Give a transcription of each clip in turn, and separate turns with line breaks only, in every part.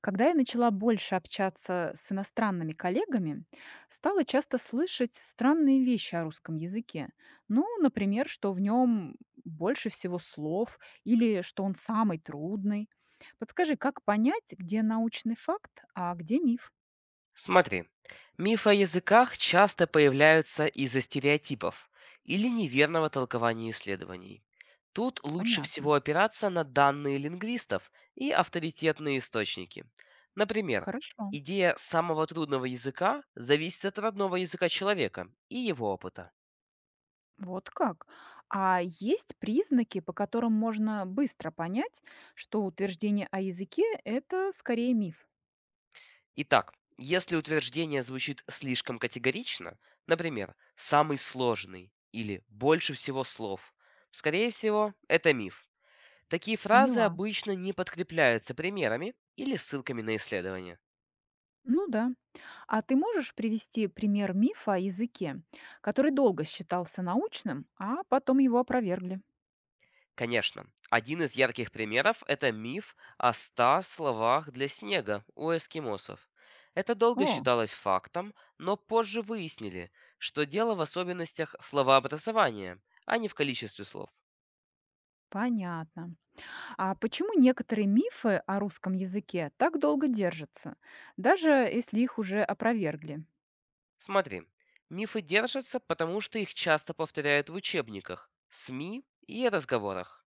Когда я начала больше общаться с иностранными коллегами, стала часто слышать странные вещи о русском языке. Ну, например, что в нем больше всего слов или что он самый трудный. Подскажи, как понять, где научный факт, а где миф?
Смотри, мифы о языках часто появляются из-за стереотипов или неверного толкования исследований. Тут лучше
Понятно.
всего опираться на данные лингвистов и авторитетные источники. Например,
Хорошо.
идея самого трудного языка зависит от родного языка человека и его опыта.
Вот как. А есть признаки, по которым можно быстро понять, что утверждение о языке– это скорее миф?
Итак, если утверждение звучит слишком категорично, например, «самый сложный» или «больше всего слов», скорее всего, это миф. Такие фразы
Поняла.
обычно не подкрепляются примерами или ссылками на исследования.
Ну да. А ты можешь привести пример мифа о языке, который долго считался научным, а потом его опровергли?
Конечно, один из ярких примеров – это миф о 100 словах для снега у эскимосов. Это долго
О,
считалось фактом, но позже выяснили, что дело в особенностях словообразования, а не в количестве слов.
понятно. А почему некоторые мифы о русском языке так долго держатся, даже если их уже опровергли?
Смотри, мифы держатся, потому что их часто повторяют в учебниках, СМИ и разговорах.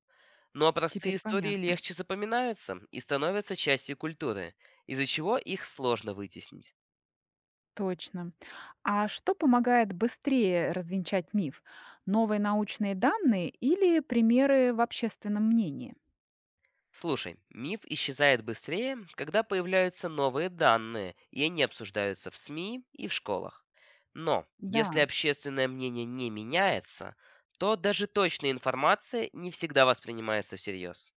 Ну а простые
Теперь
истории
понятно.
легче запоминаются и становятся частью культуры, из-за чего их сложно вытеснить.
Точно. А что помогает быстрее развенчать миф? Новые научные данные или примеры в общественном мнении?
Слушай, миф исчезает быстрее, когда появляются новые данные, и они обсуждаются в СМИ и в школах. Но
Да.
если общественное мнение не меняется, то даже точная информация не всегда воспринимается всерьез.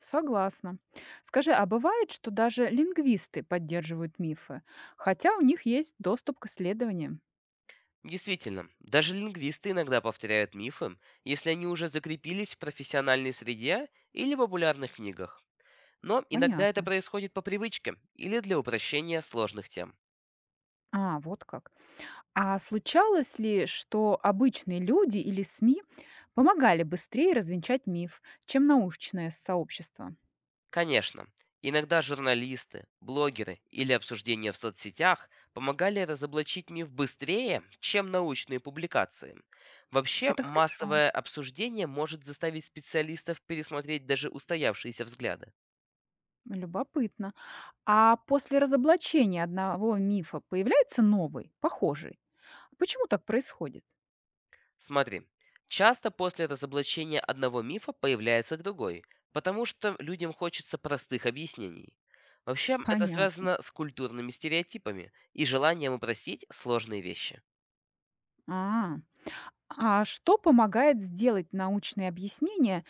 Согласна. Скажи, а бывает, что даже лингвисты поддерживают мифы, хотя у них есть доступ к исследованиям?
Действительно, даже лингвисты иногда повторяют мифы, если они уже закрепились в профессиональной среде или популярных книгах. Но иногда это
Понятно.
происходит по привычке или для упрощения сложных тем.
А, вот как. А случалось ли, что обычные люди или СМИ помогали быстрее развенчать миф, чем научное сообщество?
Конечно, иногда журналисты, блогеры или обсуждения в соцсетях помогали разоблачить миф быстрее, чем научные публикации. Вообще,
Это хорошо.
массовое обсуждение может заставить специалистов пересмотреть даже устоявшиеся взгляды.
Любопытно. А после разоблачения одного мифа появляется новый, похожий? Почему так происходит?
Смотри, часто после разоблачения одного мифа появляется другой, потому что людям хочется простых объяснений. Вообще, это
Понятно.
связано с культурными стереотипами и желанием упростить сложные вещи.
А, а что помогает сделать научные объяснения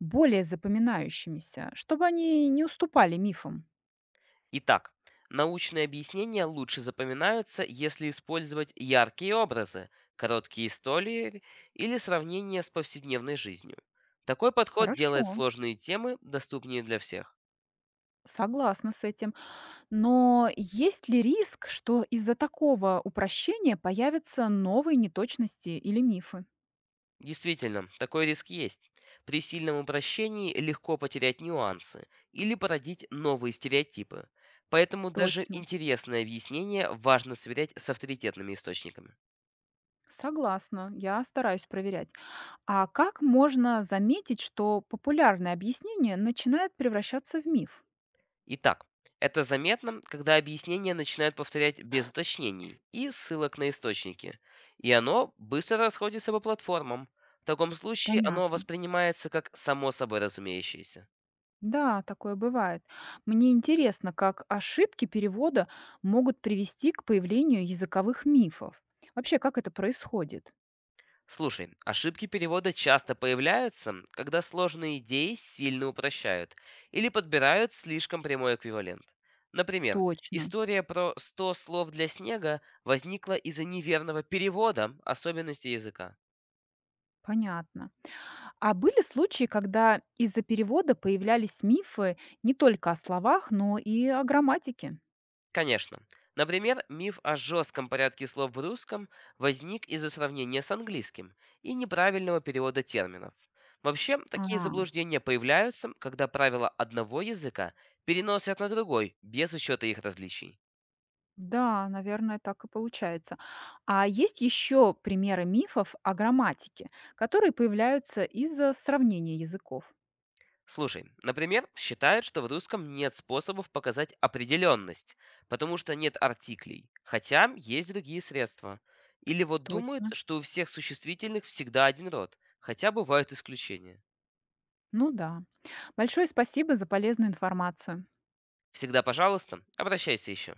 более запоминающимися, чтобы они не уступали мифам?
Итак, научные объяснения лучше запоминаются, если использовать яркие образы, короткие истории или сравнения с повседневной жизнью. Такой подход
Хорошо,
делает сложные темы доступнее для всех.
согласна с этим. Но есть ли риск, что из-за такого упрощения появятся новые неточности или мифы?
Действительно, такой риск есть. При сильном упрощении легко потерять нюансы или породить новые стереотипы. Поэтому даже
Точно.
интересное объяснение важно сверять с авторитетными источниками.
Согласна, я стараюсь проверять. А как можно заметить, что популярное объяснение начинает превращаться в миф?
Итак, это заметно, когда объяснение начинают повторять без уточнений и ссылок на источники, и оно быстро расходится по платформам. В таком случае оно
Понятно.
воспринимается как само собой разумеющееся.
Да, такое бывает. Мне интересно, как ошибки перевода могут привести к появлению языковых мифов. Вообще, как это происходит?
Слушай, ошибки перевода часто появляются, когда сложные идеи сильно упрощают или подбирают слишком прямой эквивалент. Например,
Точно,
история про 100 слов для снега возникла из-за неверного перевода особенностей языка.
понятно. А были случаи, когда из-за перевода появлялись мифы не только о словах, но и о грамматике?
Конечно. Например, миф о жестком порядке слов в русском возник из-за сравнения с английским и неправильного перевода терминов. Вообще, такие
А,
заблуждения появляются, когда правила одного языка переносят на другой, без учета их различий.
да, наверное, так и получается. А есть еще примеры мифов о грамматике, которые появляются из-за сравнения языков?
Слушай, например, считают, что в русском нет способов показать определенность, потому что нет артиклей, хотя есть другие средства. Или вот думают,
Точно.
что у всех существительных всегда один род, хотя бывают исключения.
Ну да. Большое спасибо за полезную информацию.
Всегда пожалуйста, обращайся еще.